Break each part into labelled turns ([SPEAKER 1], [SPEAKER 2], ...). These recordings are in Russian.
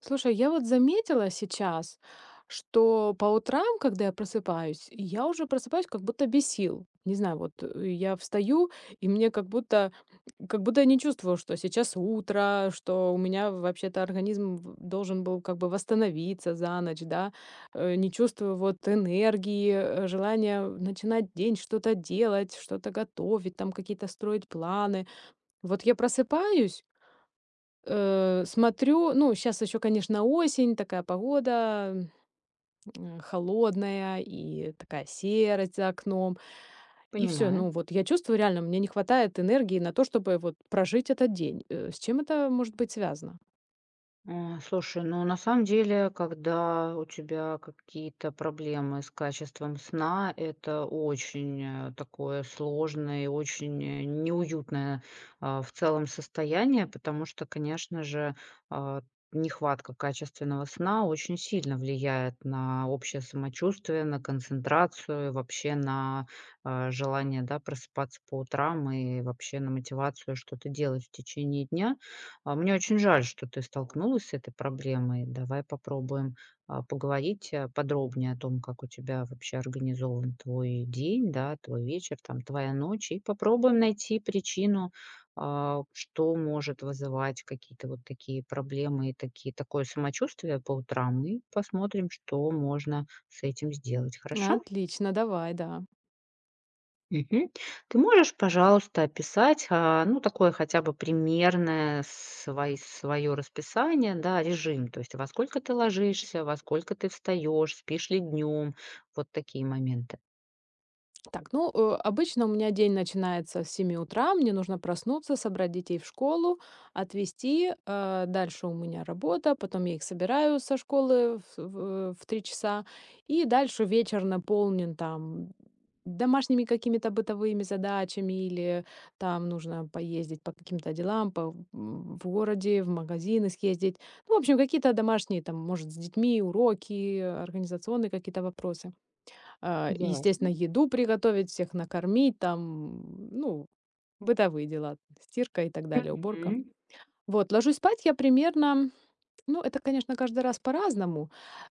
[SPEAKER 1] Слушай, я вот заметила сейчас, что по утрам, когда я просыпаюсь, я уже просыпаюсь как будто без сил. Не знаю, я встаю, и мне как будто я не чувствую, что сейчас утро, что у меня вообще-то организм должен был как бы восстановиться за ночь, да. Не чувствую вот энергии, желания начинать день, что-то делать, что-то готовить, там какие-то строить планы. Вот я просыпаюсь, смотрю, ну, сейчас еще, конечно, осень, такая погода, холодная, и такая серость за окном. И все,
[SPEAKER 2] Понимаю.
[SPEAKER 1] ну, вот я чувствую реально, мне не хватает энергии на то, чтобы вот прожить этот день. С чем это может быть связано?
[SPEAKER 2] Слушай, ну на самом деле, когда у тебя какие-то проблемы с качеством сна, это очень такое сложное и очень неуютное в целом состояние, потому что, конечно же, а, нехватка качественного сна очень сильно влияет на общее самочувствие, на концентрацию, вообще на желание, да, просыпаться по утрам и вообще на мотивацию что-то делать в течение дня. Мне очень жаль, что ты столкнулась с этой проблемой. Давай попробуем поговорить, подробнее о том, как у тебя вообще организован твой день, да, твой вечер, там, твоя ночь, и попробуем найти причину, что может вызывать какие-то вот такие проблемы и такие такое самочувствие по утрам, и посмотрим, что можно с этим сделать. Хорошо?
[SPEAKER 1] Отлично, давай, да.
[SPEAKER 2] Мгм. Ты можешь, пожалуйста, описать, ну, такое хотя бы примерное свой своё расписание, да, режим? То есть во сколько ты ложишься, во сколько ты встаешь, спишь ли днем, вот такие моменты.
[SPEAKER 1] Так, ну, обычно у меня день начинается с 7 утра, мне нужно проснуться, собрать детей в школу, отвезти, дальше у меня работа, потом я их собираю со школы в 3 часа, и дальше вечер наполнен там домашними какими-то бытовыми задачами, или там нужно поездить по каким-то делам по, в городе, в магазины съездить. Ну, в общем, какие-то домашние там, может, с детьми, уроки, организационные какие-то вопросы. А,
[SPEAKER 2] Ясно.
[SPEAKER 1] естественно, еду приготовить, всех накормить, там, ну, бытовые дела, стирка и так далее, уборка.
[SPEAKER 2] Мгм.
[SPEAKER 1] Вот, ложусь спать я примерно, ну, это, конечно, каждый раз по-разному,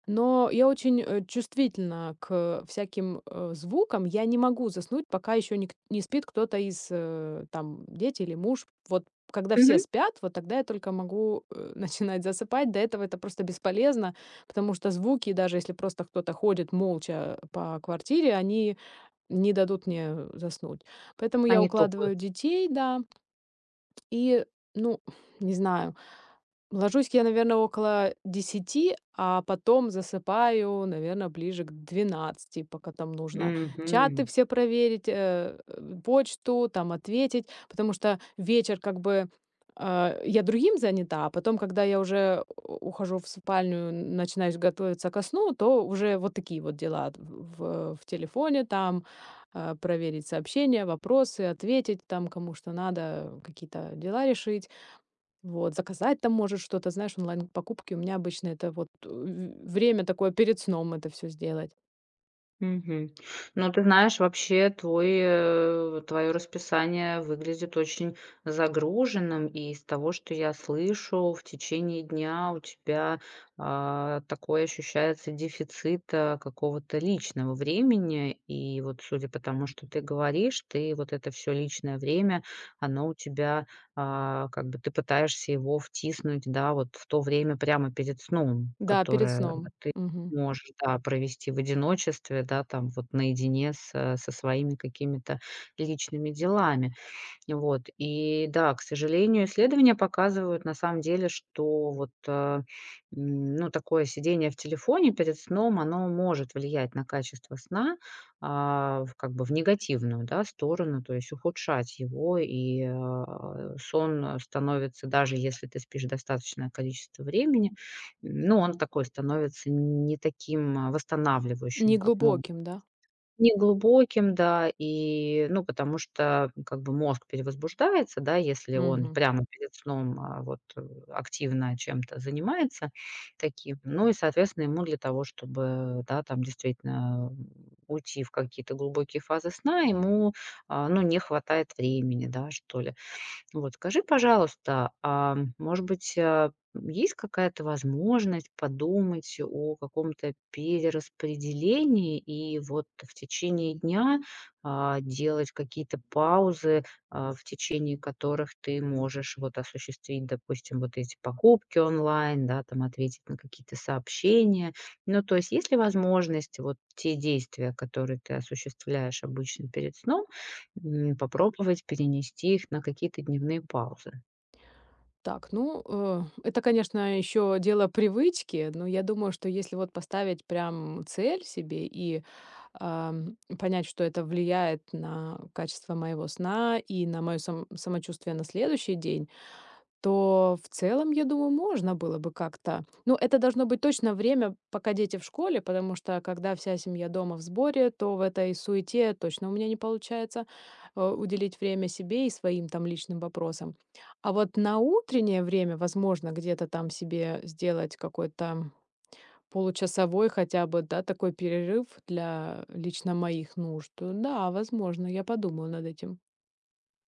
[SPEAKER 1] но я очень, чувствительна к всяким, звукам. Я не могу заснуть, пока еще не спит кто-то из, там, дети или муж. Вот когда все
[SPEAKER 2] Мгм.
[SPEAKER 1] спят, вот тогда я только могу, начинать засыпать. До этого это просто бесполезно, потому что звуки, даже если просто кто-то ходит молча по квартире, они не дадут мне заснуть. Поэтому я
[SPEAKER 2] Они топают.
[SPEAKER 1] укладываю детей, да, и, ну, не знаю. Ложусь я, наверное, около десяти, а потом засыпаю, наверное, ближе к двенадцати, пока там нужно чаты
[SPEAKER 2] Мгм.
[SPEAKER 1] все проверить, почту, там ответить, потому что вечер как бы, я другим занята. А потом, когда я уже у ухожу в спальню, начинаю готовиться ко сну, то уже вот такие вот дела в телефоне там, проверить сообщения, вопросы, ответить там кому что надо, какие-то дела решить. Вот, заказать там можешь что-то, знаешь, онлайн-покупки. У меня обычно это вот, время такое перед сном это все сделать.
[SPEAKER 2] Мгм. Ну, ты знаешь, вообще твой, э, твое расписание выглядит очень загруженным, и из того, что я слышу, в течение дня у тебя такой ощущается дефицит какого-то личного времени. И вот, судя по тому, что ты говоришь, ты вот это все личное время, оно у тебя, как бы, ты пытаешься его втиснуть, да, вот в то время прямо перед сном,
[SPEAKER 1] Да, перед
[SPEAKER 2] которое
[SPEAKER 1] сном.
[SPEAKER 2] ты
[SPEAKER 1] Мгм.
[SPEAKER 2] можешь, да, провести в одиночестве, да, там вот наедине со своими какими-то личными делами. Вот. И да, к сожалению, исследования показывают на самом деле, что вот, ну, такое сидение в телефоне перед сном, оно может влиять на качество сна, в, как бы, в негативную, да, сторону, то есть ухудшать его, и, сон, становится, даже если ты спишь достаточное количество времени, ну, он такой становится не таким, восстанавливающим, как мог.
[SPEAKER 1] Неглубоким, да?
[SPEAKER 2] Неглубоким, да, и, ну, потому что, как бы, мозг перевозбуждается, да, если он
[SPEAKER 1] Мгм.
[SPEAKER 2] прямо перед сном, вот, активно чем-то занимается таким. Ну и, соответственно, ему для того, чтобы, да, там действительно, уйти в какие-то глубокие фазы сна, ему, ну, не хватает времени, да, что ли. Вот скажи, пожалуйста, может быть, есть какая-то возможность подумать о каком-то перераспределении и вот в течение дня делать какие-то паузы, в течение которых ты можешь вот осуществить, допустим, вот эти покупки онлайн, да, там ответить на какие-то сообщения. Ну, то есть, есть ли возможность вот те действия, которые ты осуществляешь обычно перед сном, попробовать перенести их на какие-то дневные паузы.
[SPEAKER 1] Так, ну, это, конечно, еще дело привычки, но я думаю, что если вот поставить прям цель себе и, понять, что это влияет на качество моего сна и на мое самочувствие на следующий день, то в целом, я думаю, можно было бы как-то. Ну, это должно быть точно время, пока дети в школе, потому что когда вся семья дома в сборе, то в этой суете точно у меня не получается уделить время себе и своим там личным вопросам. А вот на утреннее время, возможно, где-то там себе сделать какой-то получасовой хотя бы, да, такой перерыв для лично моих нужд. Да, возможно, я подумаю над этим.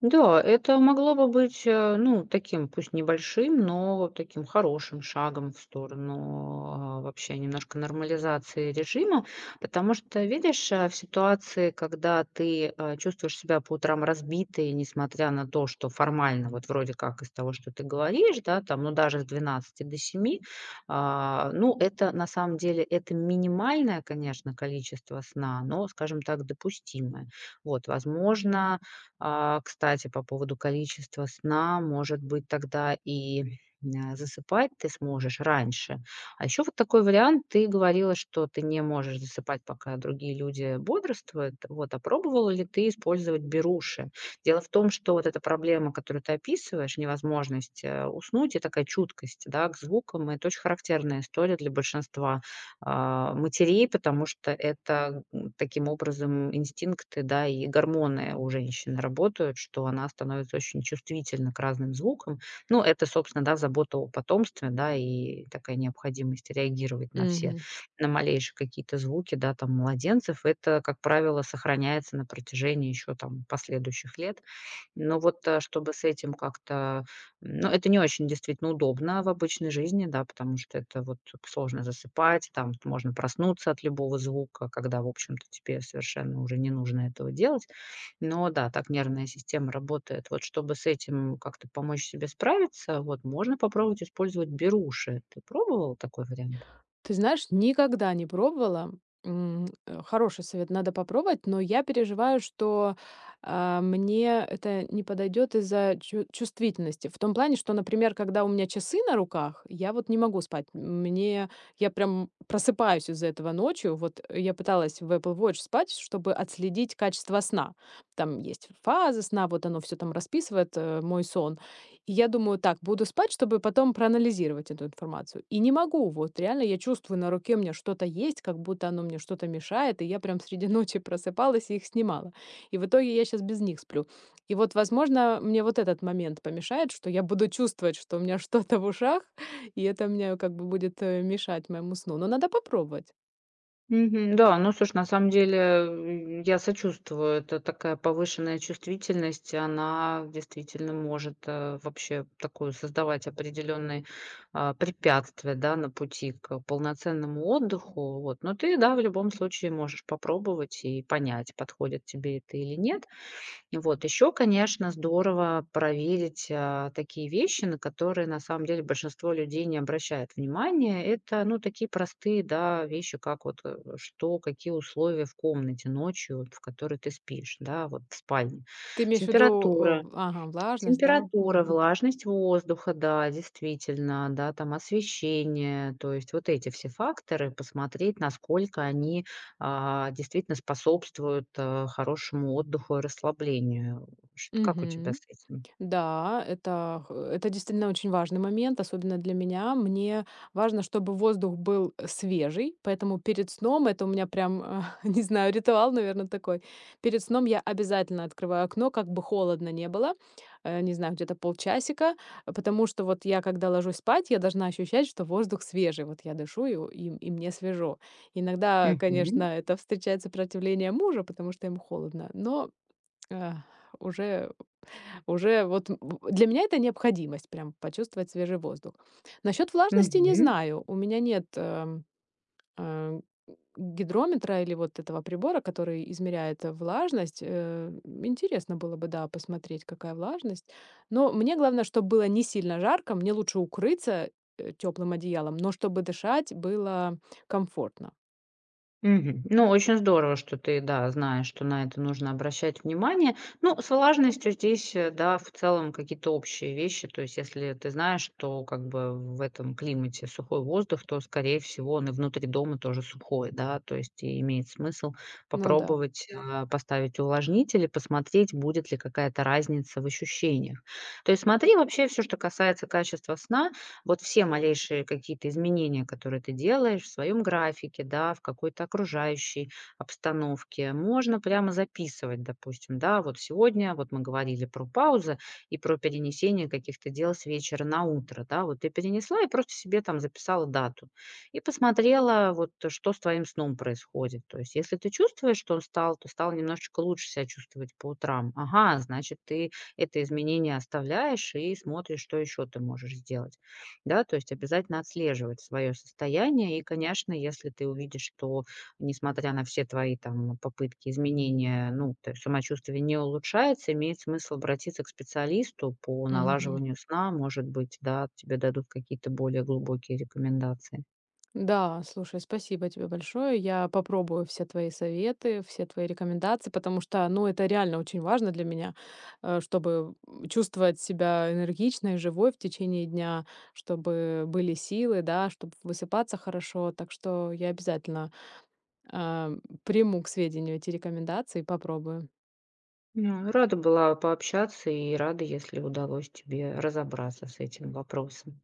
[SPEAKER 2] Да, это могло бы быть, ну, таким, пусть небольшим, но вот таким хорошим шагом в сторону, вообще немножко нормализации режима. Потому что, видишь, в ситуации, когда ты, чувствуешь себя по утрам разбитой, несмотря на то, что формально, вот вроде как, из того, что ты говоришь, да, там, ну, даже с двенадцати до семи, ну, это на самом деле это минимальное, конечно, количество сна, но, скажем так, допустимое. Вот, возможно, кстати, по поводу количества сна, может быть, тогда и засыпать ты сможешь раньше. А еще вот такой вариант: ты говорила, что ты не можешь засыпать, пока другие люди бодрствуют. Вот, а пробовала ли ты использовать беруши? Дело в том, что вот эта проблема, которую ты описываешь, невозможность уснуть и такая чуткость, да, к звукам, это очень характерная история для большинства матерей, потому что это, таким образом инстинкты, да, и гормоны у женщины работают, что она становится очень чувствительна к разным звукам. Ну, это, собственно, да, забота о потомстве, да, и такая необходимость реагировать на все,
[SPEAKER 1] Мгм.
[SPEAKER 2] на малейшие какие-то звуки, да, там, младенцев. Это, как правило, сохраняется на протяжении еще там последующих лет. Но вот, чтобы с этим как-то ну, это не очень действительно удобно в обычной жизни, да, потому что это вот сложно засыпать, там можно проснуться от любого звука, когда, в общем-то, тебе совершенно уже не нужно этого делать. Но да, так нервная система работает. Вот, чтобы с этим как-то помочь себе справиться, вот можно попробовать использовать беруши. Ты пробовал такой вариант?
[SPEAKER 1] Ты знаешь, никогда не пробовала. Хороший совет, надо попробовать, но я переживаю, что, мне это не подойдет из-за чу чувствительности. В том плане, что, например, когда у меня часы на руках, я вот не могу спать. Мне я прям просыпаюсь из-за этого ночью. Вот я пыталась в Apple Watch спать, чтобы отследить качество сна. Там есть фазы сна, вот оно все там расписывает, мой сон. И я думаю так: буду спать, чтобы потом проанализировать эту информацию. И не могу, вот реально я чувствую, на руке у меня что-то есть, как будто оно мне что-то мешает, и я прям среди ночи просыпалась и их снимала. И в итоге я сейчас без них сплю. И вот, возможно, мне вот этот момент помешает, что я буду чувствовать, что у меня что-то в ушах, и это мне как бы будет, мешать моему сну. Но надо попробовать.
[SPEAKER 2] Мгм. Да, ну слушай, на самом деле, я сочувствую. Это такая повышенная чувствительность, она действительно может, вообще такую создавать определенные, препятствия, да, на пути к полноценному отдыху. Вот. Но ты, да, в любом случае, можешь попробовать и понять, подходит тебе это или нет. Вот. Еще, конечно, здорово проверить, такие вещи, на которые на самом деле большинство людей не обращает внимания. Это, ну, такие простые, да, вещи, как вот, какие условия в комнате ночью, вот, в которой ты спишь, да, вот в спальне.
[SPEAKER 1] Ты имеешь в виду,
[SPEAKER 2] Температура,
[SPEAKER 1] ага, влажность, да?
[SPEAKER 2] температура,
[SPEAKER 1] Мгм.
[SPEAKER 2] влажность воздуха, да, действительно, да, там освещение, то есть вот эти все факторы, посмотреть, насколько они действительно способствуют хорошему отдыху и расслаблению. Как у тебя
[SPEAKER 1] Мгм.
[SPEAKER 2] с этим?
[SPEAKER 1] Да, это х это действительно очень важный момент, особенно для меня. Мне важно, чтобы воздух был, свежий, поэтому перед сном это у меня прям, не знаю, ритуал, наверное, такой. Перед сном я обязательно открываю окно, как бы холодно не было, не знаю, где-то полчасика, потому что вот я, когда ложусь спать, я должна ощущать, что воздух свежий. Вот я дышу, и у и мне свежо. Иногда,
[SPEAKER 2] Мгм.
[SPEAKER 1] конечно, это встречает сопротивление мужа, потому что ему холодно, но, э, уже уже вот для меня это необходимость прям почувствовать свежий воздух. Насчет влажности не
[SPEAKER 2] Мгм.
[SPEAKER 1] знаю. У меня нет, э, гидрометра или вот этого прибора, который измеряет, влажность. Интересно было бы, да, посмотреть, какая влажность. Но мне главное, чтобы было не сильно жарко. Мне лучше укрыться теплым одеялом, но чтобы дышать было комфортно.
[SPEAKER 2] Мгм. Ну, очень здорово, что ты, да, знаешь, что на это нужно обращать внимание. Ну, с влажностью здесь, да, в целом какие-то общие вещи. То есть, если ты знаешь, что, как бы, в этом климате сухой воздух, то, скорее всего, он и внутри дома тоже сухой, да. То есть, и имеет смысл
[SPEAKER 1] Ну да.
[SPEAKER 2] попробовать. Да. Поставить увлажнитель и посмотреть, будет ли какая-то разница в ощущениях. То есть, смотри, вообще все, что касается качества сна, вот все малейшие какие-то изменения, которые ты делаешь в своем графике, да, в какой-то окружающей обстановке, можно прямо записывать, допустим, да, вот сегодня, вот мы говорили про паузы и про перенесение каких-то дел с вечера на утро, да, вот ты перенесла и просто себе там записала дату и посмотрела, вот, что с твоим сном происходит. То есть, если ты чувствуешь, что он то стал немножечко лучше себя чувствовать по утрам. Ага, значит, ты это изменение оставляешь и смотришь, что еще ты можешь сделать. Да, то есть, обязательно отслеживать свое состояние. И, конечно, если ты увидишь, что, несмотря на все твои там попытки изменения, ну, то есть самочувствие не улучшается, имеет смысл обратиться к специалисту по
[SPEAKER 1] Мгм.
[SPEAKER 2] налаживанию сна. Может быть, да, тебе дадут какие-то более глубокие рекомендации.
[SPEAKER 1] Да, слушай, спасибо тебе большое. Я попробую все твои советы, все твои рекомендации, потому что, ну, это реально очень важно для меня, чтобы чувствовать себя энергичной, живой в течение дня, чтобы были силы, да, чтобы высыпаться хорошо. Так что я обязательно а, приму к сведению эти рекомендации и попробую.
[SPEAKER 2] Ну, рада была пообщаться и рада, если удалось тебе разобраться с этим вопросом.